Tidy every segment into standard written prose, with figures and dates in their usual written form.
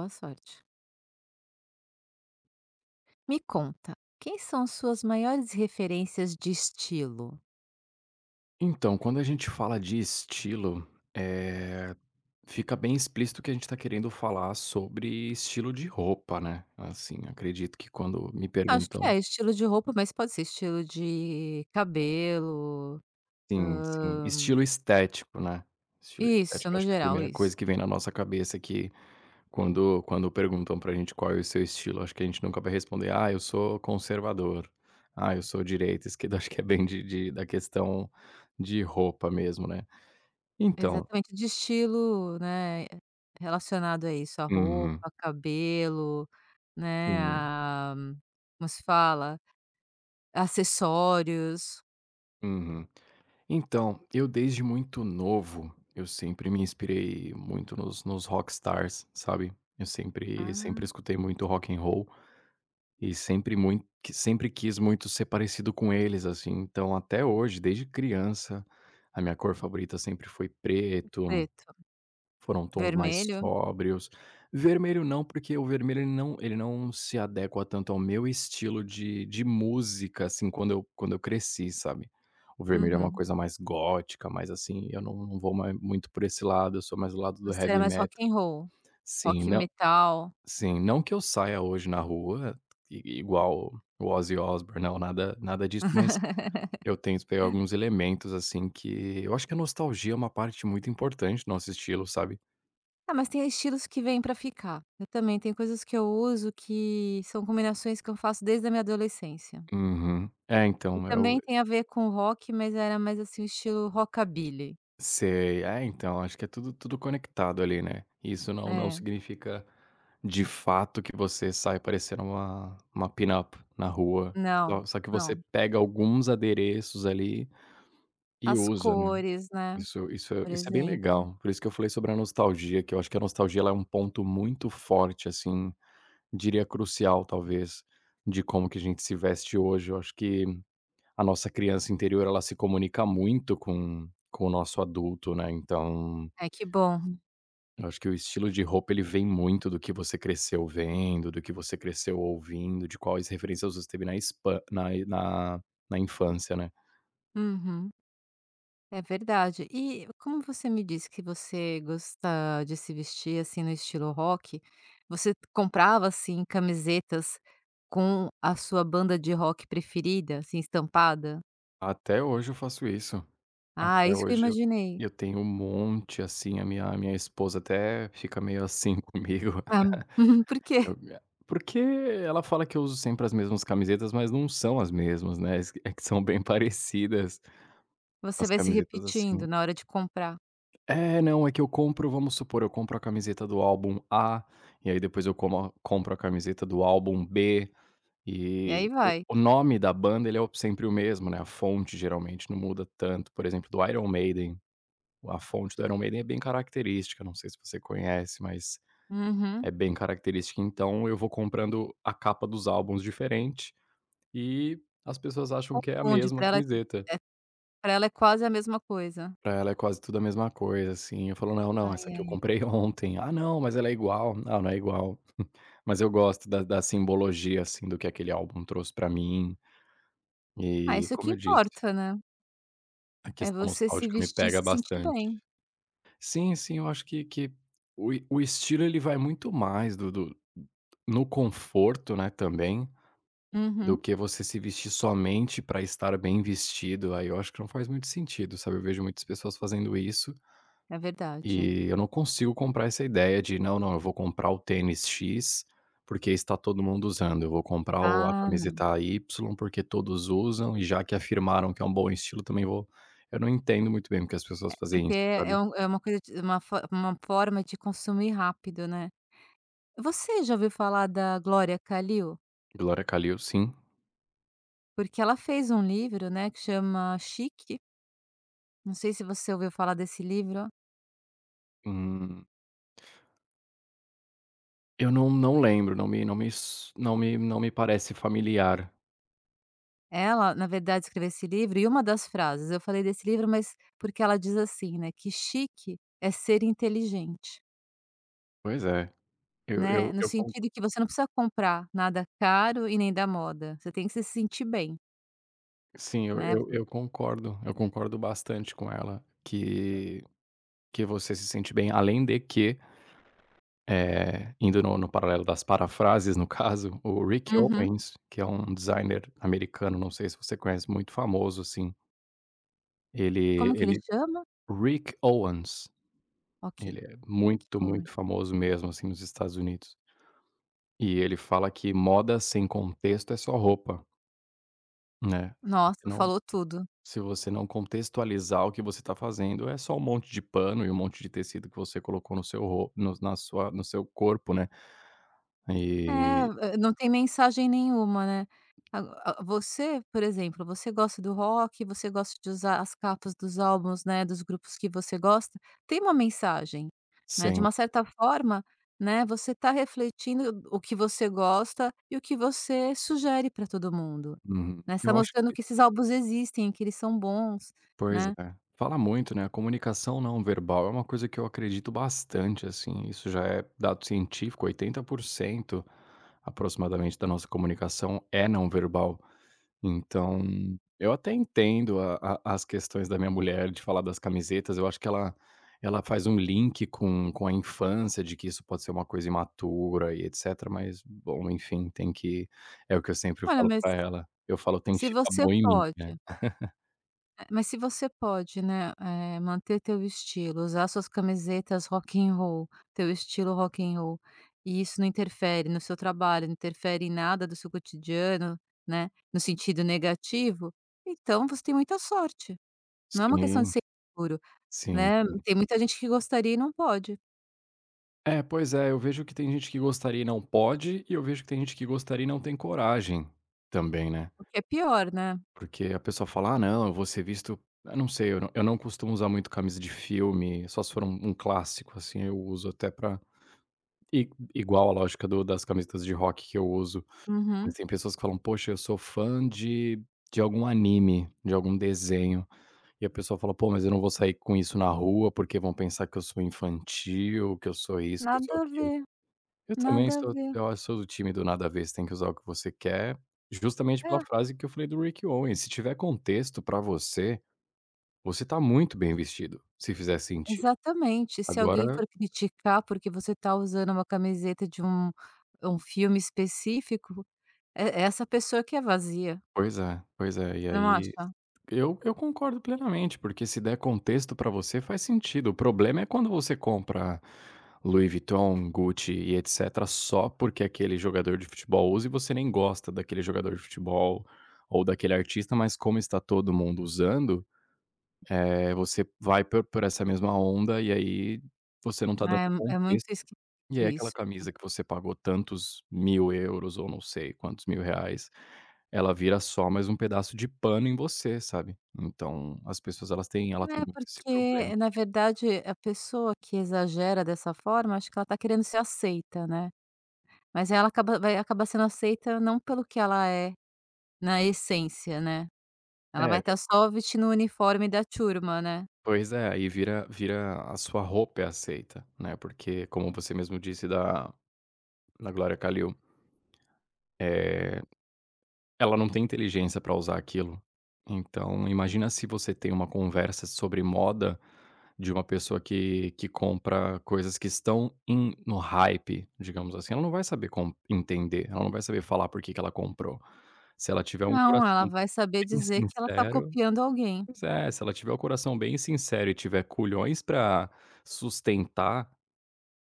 Boa sorte. Me conta, quem são suas maiores referências de estilo? Então, quando a gente fala de estilo, eh, fica bem explícito que a gente está querendo falar sobre estilo de roupa, né. Assim, acredito que quando me Acho que perguntam é estilo de roupa, mas pode ser estilo de cabelo, sim, sim, hã, estilo estético, né. Estilo isso, estético, no acho que é a geral, primeira isso. coisa que vem na nossa cabeça que quando perguntam pra gente qual é o seu estilo, acho que a gente nunca vai responder: "Ah, eu sou conservador. Ah, eu sou direita, esquerda", acho que é bem de da questão de roupa mesmo, né. Então Exatamente, de estilo, né, relacionado a isso, a uhum, roupa, cabelo, né, sim, a como se fala? Acessórios. uhum. Então, eu desde muito novo, eu sempre me inspirei muito nos rockstars, sabe. Eu sempre Ah, escutei muito rock and roll e sempre muito, sempre quis muito ser parecido com eles, assim. Então até hoje, desde criança, a minha cor favorita sempre foi preto. preto. Foram tons mais Vermelho? sóbrios. Vermelho não, porque o vermelho ele não se adequa tanto ao meu estilo de música, assim, quando eu cresci, sabe. O vermelho é uma Uhum. coisa mais gótica, mais assim, eu não vou mais muito por esse lado, eu sou mais do lado do Você é heavy mais rock metal. and roll, Sim, rock não metal. sim, não que eu saia hoje na rua i igual o Ozzy Osbourne, não, nada disso, mas eu tento pegar alguns elementos, assim, que eu acho que a nostalgia é uma parte muito importante do nosso estilo, sabe. Ah, mas tem estilos que vêm pra ficar. Eu também tem coisas que eu uso que são combinações que eu faço desde a minha adolescência. Uhum. É, E então, eu também tem a ver com rock, mas era mais, assim, o estilo rockabilly. sei. É, então, acho que é tudo conectado ali, né. Isso não É. significa, de fato, que você sai parecendo uma pin-up na rua, Não, só que você não. pega alguns adereços ali e As usa, né. cores, né, Isso isso é- por isso é bem exemplo. legal, por isso que eu falei sobre a nostalgia, que eu acho que a nostalgia ela é um ponto muito forte, assim, diria crucial, talvez, de como que a gente se veste hoje. Eu acho que a nossa criança interior, ela se comunica muito com o nosso adulto, né, então, É que bom. eu acho que o estilo de roupa ele vem muito do que você cresceu vendo, do que você cresceu ouvindo, de quais referências você teve na na infância, né. Uhum. É verdade. E como você me disse que você gosta de se vestir, assim, no estilo rock, você comprava, assim, camisetas com a sua banda de rock preferida, assim, estampada? Até hoje eu faço isso, Ah, até isso que eu hoje eu imaginei. eu tenho um monte, assim, a minha esposa até fica meio assim comigo, Ah, por quê? eu porque ela fala que eu uso sempre as mesmas camisetas, mas não são as mesmas, né, é que são bem parecidas. Você As vai se camisetas assim repetindo na hora de comprar, é, não, é que eu compro vamos supor, eu compro a camiseta do álbum A, e aí depois eu como compro a camiseta do álbum B, e e aí o vai. o nome da banda ele é o sempre o mesmo, né, a fonte geralmente não muda tanto, por exemplo, do Iron Maiden, a fonte do Iron Maiden é bem característica, não sei se você conhece, mas Uhum. é bem característica, então eu vou comprando a capa dos álbuns diferente, e as pessoas acham que é a Confunde, mesma para ela. camiseta. Para ela é quase a mesma coisa. Pra ela é quase tudo a mesma coisa, assim. Eu falo: "Não, não, Ai, essa aqui eu ai. comprei ontem". "Ah, não, mas ela é igual". "Não, não é igual". Mas eu gosto da simbologia, assim, do que aquele álbum trouxe pra mim. Ah, E, isso que como eu disse, importa, né. a É questão você se nostálgica me vestir e pega se sentir bastante. bem. Sim, sim, eu acho que o estilo ele vai muito mais do no conforto, né, também, do Uhum, que você se vestir somente pra estar bem vestido. Aí eu acho que não faz muito sentido, sabe. Eu vejo muitas pessoas fazendo isso. é verdade. E eu não consigo comprar essa ideia de: "Não, não, eu vou comprar o tênis X, porque está todo mundo usando. Eu vou comprar o a Ah, não. camiseta Y, porque todos usam e já que afirmaram que é um bom estilo, também vou". Eu não entendo muito bem porque as pessoas É fazem porque isso, é sabe. um é uma coisa de uma fo uma forma de consumir rápido, né. Você já ouviu falar da Glória Kalil? Glória Kalil, sim. Porque ela fez um livro, né, que chama Chique, não sei se você ouviu falar desse livro. Hum, eu não lembro, não me não me s não me não me parece familiar. Ela, na verdade, escreveu esse livro e uma das frases eu falei desse livro, mas porque ela diz assim, né, que chique é ser inteligente, Pois é, né, no eu con sentido que você não precisa comprar nada caro e nem da moda, você tem que se sentir bem, sim, eu né. eu eu concordo, eu concordo bastante com ela, que você se sente bem, além de que Indo no paralelo das parafrases, no caso, o Rick Uhum. Owens, que é um designer americano, não sei se você conhece, muito famoso, assim, ele Como que ele ele chama? Rick Owens, Ok. ele é Rick muito, Warren. muito famoso mesmo, assim, nos Estados Unidos. E ele fala que moda sem contexto é só roupa, né. Se Nossa, você não falou tudo. Se você não contextualizar o que você está fazendo, é só um monte de pano e um monte de tecido que você colocou no seu ro no na sua no seu corpo, né. É, E não tem mensagem nenhuma, né. A você, por exemplo, você gosta do rock, você gosta de usar as capas dos álbuns, né, dos grupos que você gosta, tem uma mensagem, né, de sem uma certa forma, né, você está refletindo o que você gosta e o que você sugere para todo mundo, uhum. né. Você tá Eu acho mostrando que que esses álbuns existem, que eles são bons, pois né. é. Fala muito, né, a comunicação não verbal é uma coisa que eu acredito bastante, assim, isso já é dado científico, 80% aproximadamente da nossa comunicação é não verbal. Então, eu até entendo a as questões da minha mulher de falar das camisetas, eu acho que ela faz um link com a infância, de que isso pode ser uma coisa imatura e etcétera, mas bom, enfim, tem que é o que eu sempre Olha, falo mas pra ela, eu falo: "Tem que se ficar você bom em mim", né. pode. Mas se você pode, né, manter teu estilo, usar suas camisetas rock and roll, teu estilo rock and roll, e isso não interfere no seu trabalho, não interfere em nada do seu cotidiano, né, no sentido negativo, então você tem muita sorte. Não é uma questão de Sim, ser seguro, sim. né, tem muita gente que gostaria e não pode, É, pois é, eu vejo que tem gente que gostaria e não pode, e eu vejo que tem gente que gostaria e não tem coragem também, né. o que é pior, né. Porque a pessoa fala: "Ah, não, eu vou ser visto". Eu não sei, eu não costumo usar muito camisa de filme, só se for um clássico, assim, eu uso até pra i igual a lógica do das camisetas de rock que eu uso. Uhum. Mas tem pessoas que falam: "Poxa, eu sou fã de algum anime, de algum desenho", e a pessoa fala: "Pô, mas eu não vou sair com isso na rua, porque vão pensar que eu sou infantil, que eu sou isso, que eu Nada sou a aquilo". ver, Eu também nada a sou ver. eu sou do time do nada a ver, você tem que usar o que você quer, justamente pela É. frase que eu falei do Rick Owens, se tiver contexto pra você, você tá muito bem vestido, se fizer sentido. Exatamente. Se alguém Agora for criticar porque você está usando uma camiseta de um filme específico, é essa pessoa que é vazia, pois é, e você não aí acha? eu concordo plenamente, porque se der contexto pra você faz sentido, o problema é quando você compra Louis Vuitton, Gucci e etcétera, só porque aquele jogador de futebol usa e você nem gosta daquele jogador de futebol, ou daquele artista, mas como está todo mundo usando, você vai por essa mesma onda e aí você não tá dando É muito contexto, e esquisito aí aquela isso. camisa que você pagou tantos 1.000 euros ou não sei quantos 1.000 reais ela vira só mais um pedaço de pano em você, sabe. Então as pessoas ela tem É, muito esse problema. porque na verdade a pessoa que exagera dessa forma, acho que ela está querendo ser aceita, né. Mas ela acaba vai acabar sendo aceita não pelo que ela é na essência, né. Ela vai É, estar só vestindo o uniforme da turma, né. pois é, aí vira a sua roupa é aceita, né, porque como você mesmo disse da Glória Kalil, eh ela não tem inteligência para usar aquilo. Então, imagina se você tem uma conversa sobre moda de uma pessoa que compra coisas que estão em no hype, digamos assim, ela não vai saber com entender, ela não vai saber falar por que que ela comprou. Se ela tiver um Não, ela coração vai saber bem dizer que ela está sincero copiando alguém. pois é, se ela tiver o coração bem sincero e tiver culhões para sustentar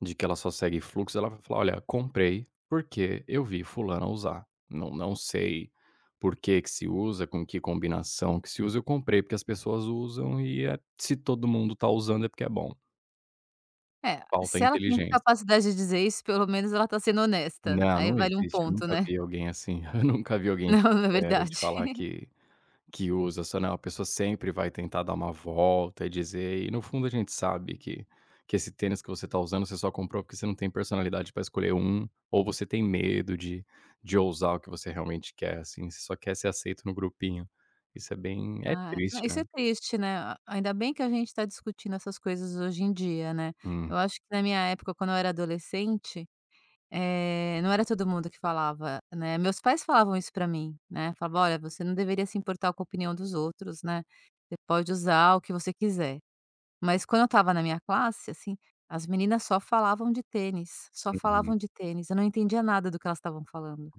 de que ela só segue fluxo, ela vai falar: "Olha, comprei, porque eu vi fulana usar. Não não sei por que que se usa, com que combinação que se usa, eu comprei porque as pessoas usam e é se todo mundo tá usando é porque é bom". É, Falta se ela tem inteligência. capacidade de dizer isso, pelo menos ela tá sendo honesta, Não, aí não vale um existe, eu ponto, nunca né. vi alguém assim, eu nunca vi alguém Não, na sincero de verdade. falar que usa, só não, a pessoa sempre vai tentar dar uma volta e dizer e no fundo a gente sabe que esse tênis que você tá usando, você só comprou porque você não tem personalidade pra escolher um, ou você tem medo de ousar o que você realmente quer, assim, você só quer ser aceito no grupinho. Isso é bem é Ah, não, triste, isso né. é triste, né, a ainda bem que a gente está discutindo essas coisas hoje em dia, né. Hum, Eu acho que na minha época, quando eu era adolescente, não era todo mundo que falava, né, meus pais falavam isso pra mim, né, falavam: "Olha, você não deveria se importar com a opinião dos outros, né, você pode usar o que você quiser". Mas quando eu estava na minha classe, assim, as meninas só falavam de tênis, só uhum. falavam de tênis, eu não entendia nada do que elas estavam falando,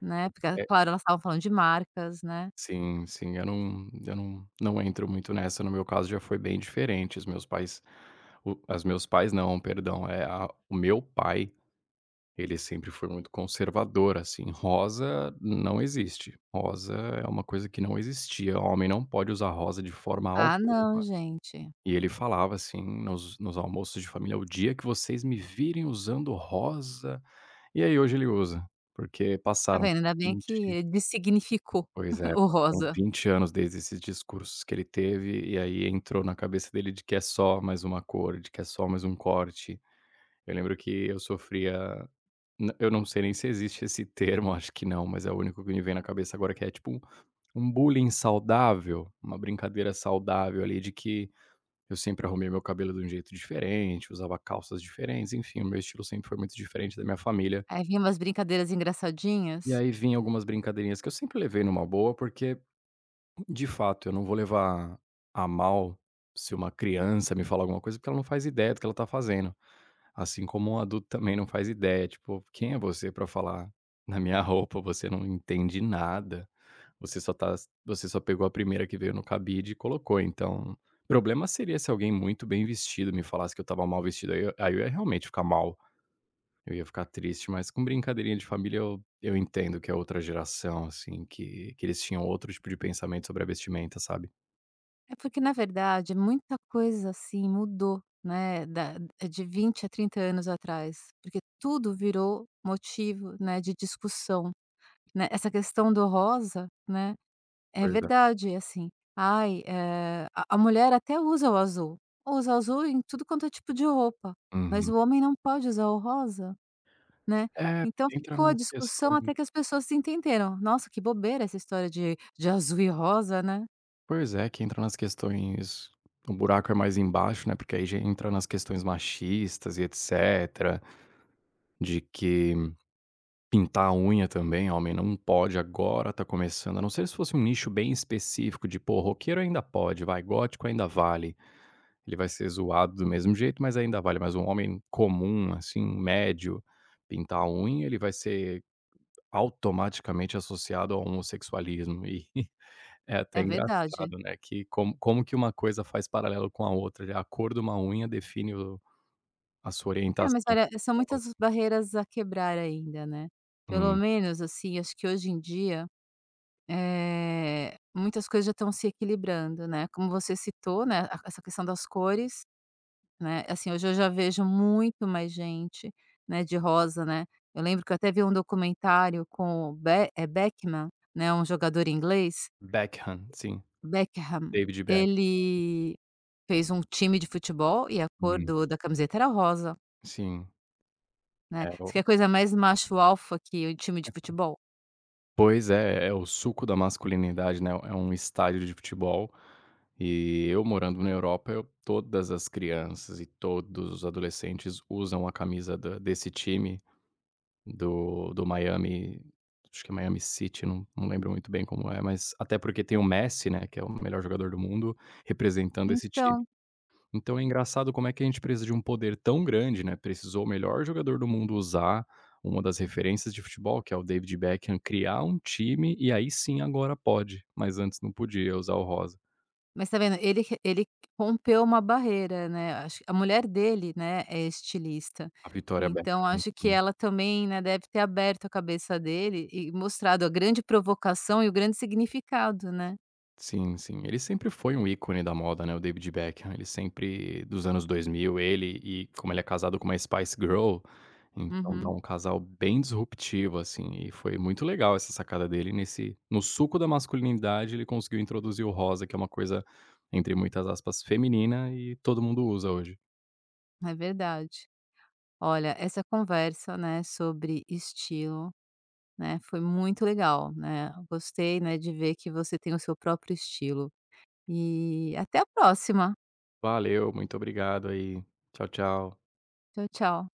né, porque ah, É, claro, elas estavam falando de marcas, né. sim, sim, eu não entro muito nessa, no meu caso já foi bem diferente, os meus pais o as meus pais não, perdão, é a o meu pai ele sempre foi muito conservador, assim, rosa não existe, rosa é uma coisa que não existia, homem não pode usar rosa de forma Ah não, alguma. gente. E ele falava, assim, nos almoços de família: "O dia que vocês me virem usando rosa", e aí hoje ele usa, porque Tá passaram vendo, ainda bem que 20 ele dessignificou o passaram rosa. 20 anos desde esses discursos que ele teve, e aí entrou na cabeça dele de que é só mais uma cor, de que é só mais um corte. Eu lembro que eu sofria N eu não sei nem se existe esse termo, acho que não, mas é o único que me vem na cabeça agora que é tipo um bullying saudável, uma brincadeira saudável ali de que eu sempre arrumei meu cabelo de um jeito diferente, usava calças diferentes, enfim, o meu estilo sempre foi muito diferente da minha família. Aí vinha umas brincadeiras E engraçadinhas. aí vinha algumas brincadeirinhas que eu sempre levei numa boa, porque, de fato, eu não vou levar a mal se uma criança me falar alguma coisa, porque ela não faz ideia do que ela tá fazendo. Assim como um adulto também não faz ideia, tipo, quem é você para falar: "Na minha roupa você não entende nada, você só tá você só pegou a primeira que veio no cabide e colocou", então, o problema seria se alguém muito bem vestido me falasse que eu estava mal vestido, aí eu ia realmente ficar mal, eu ia ficar triste, mas com brincadeirinha de família eu entendo que é outra geração, assim, que eles tinham outro tipo de pensamento sobre a vestimenta, sabe. É porque na verdade muita coisa, assim, mudou, né, da de 20 a 30 anos atrás, porque tudo virou motivo, né, de discussão, né. Essa questão do rosa, né. É Pois é. verdade, assim, ai, a mulher até usa o azul, usa azul em tudo quanto é tipo de roupa, mas Uhum. o homem não pode usar o rosa, né. É, Então entra ficou a nas discussão questões até que as pessoas se entenderam. Nossa, que bobeira essa história de azul e rosa, né. pois é, que entra nas questões o buraco é mais embaixo, né, porque aí já entra nas questões machistas e etcétera, de que pintar a unha também, homem não pode agora, tá começando, a não ser se fosse um nicho bem específico de, pô, roqueiro ainda pode, vai, gótico ainda vale, ele vai ser zoado do mesmo jeito, mas ainda vale, mas um homem comum, assim, médio, pintar a unha, ele vai ser automaticamente associado ao homossexualismo e é até É verdade. engraçado, né, que como que uma coisa faz paralelo com a outra, já a cor de uma unha define o a sua É, orientação mas olha, são sexual, muitas assim. barreiras a quebrar ainda, né. Pelo Hum. menos, assim, acho que hoje em dia, muitas coisas já estão se equilibrando, né, como você citou, né, a essa questão das cores, né, assim, hoje eu já vejo muito mais gente, né, de rosa, né. Eu lembro que eu até vi um documentário com o Beckman, né, um jogador inglês, Beckham, sim, Beckham. David Beckham. Ele fez um time de futebol e a cor Hum, do da camiseta era rosa, sim. né. É o Você quer coisa mais macho alfa que o time de futebol? Pois é, é o suco da masculinidade, né, é um estádio de futebol, e eu morando na Europa, eu todas as crianças e todos os adolescentes usam a camisa da desse time do Miami, acho que é Miami City, não não lembro muito bem como é, mas até porque tem o Messi, né, que é o melhor jogador do mundo, representando esse time. Então. Então é engraçado como é que a gente precisa de um poder tão grande, né, precisou o melhor jogador do mundo usar uma das referências de futebol, que é o David Beckham, criar um time e aí sim agora pode, mas antes não podia usar o rosa. Mas tá vendo, ele rompeu uma barreira, né, acho que a mulher dele, né, é estilista, A Vitória então Beckham, acho que sim. ela também, né, deve ter aberto a cabeça dele e mostrado a grande provocação e o grande significado, né. Sim, sim. Ele sempre foi um ícone da moda, né, o David Beckham. Ele sempre dos anos 2000 ele e como ele é casado com uma Spice Girl, então dá Uhum, um casal bem disruptivo, assim, e foi muito legal essa sacada dele nesse no suco da masculinidade, ele conseguiu introduzir o rosa, que é uma coisa, entre muitas aspas, feminina e todo mundo usa hoje. é verdade. Olha, essa conversa, né, sobre estilo, né, foi muito legal, né, gostei, né, de ver que você tem o seu próprio estilo. E até a próxima. Valeu, muito obrigado aí. Tchau, tchau. Tchau, tchau.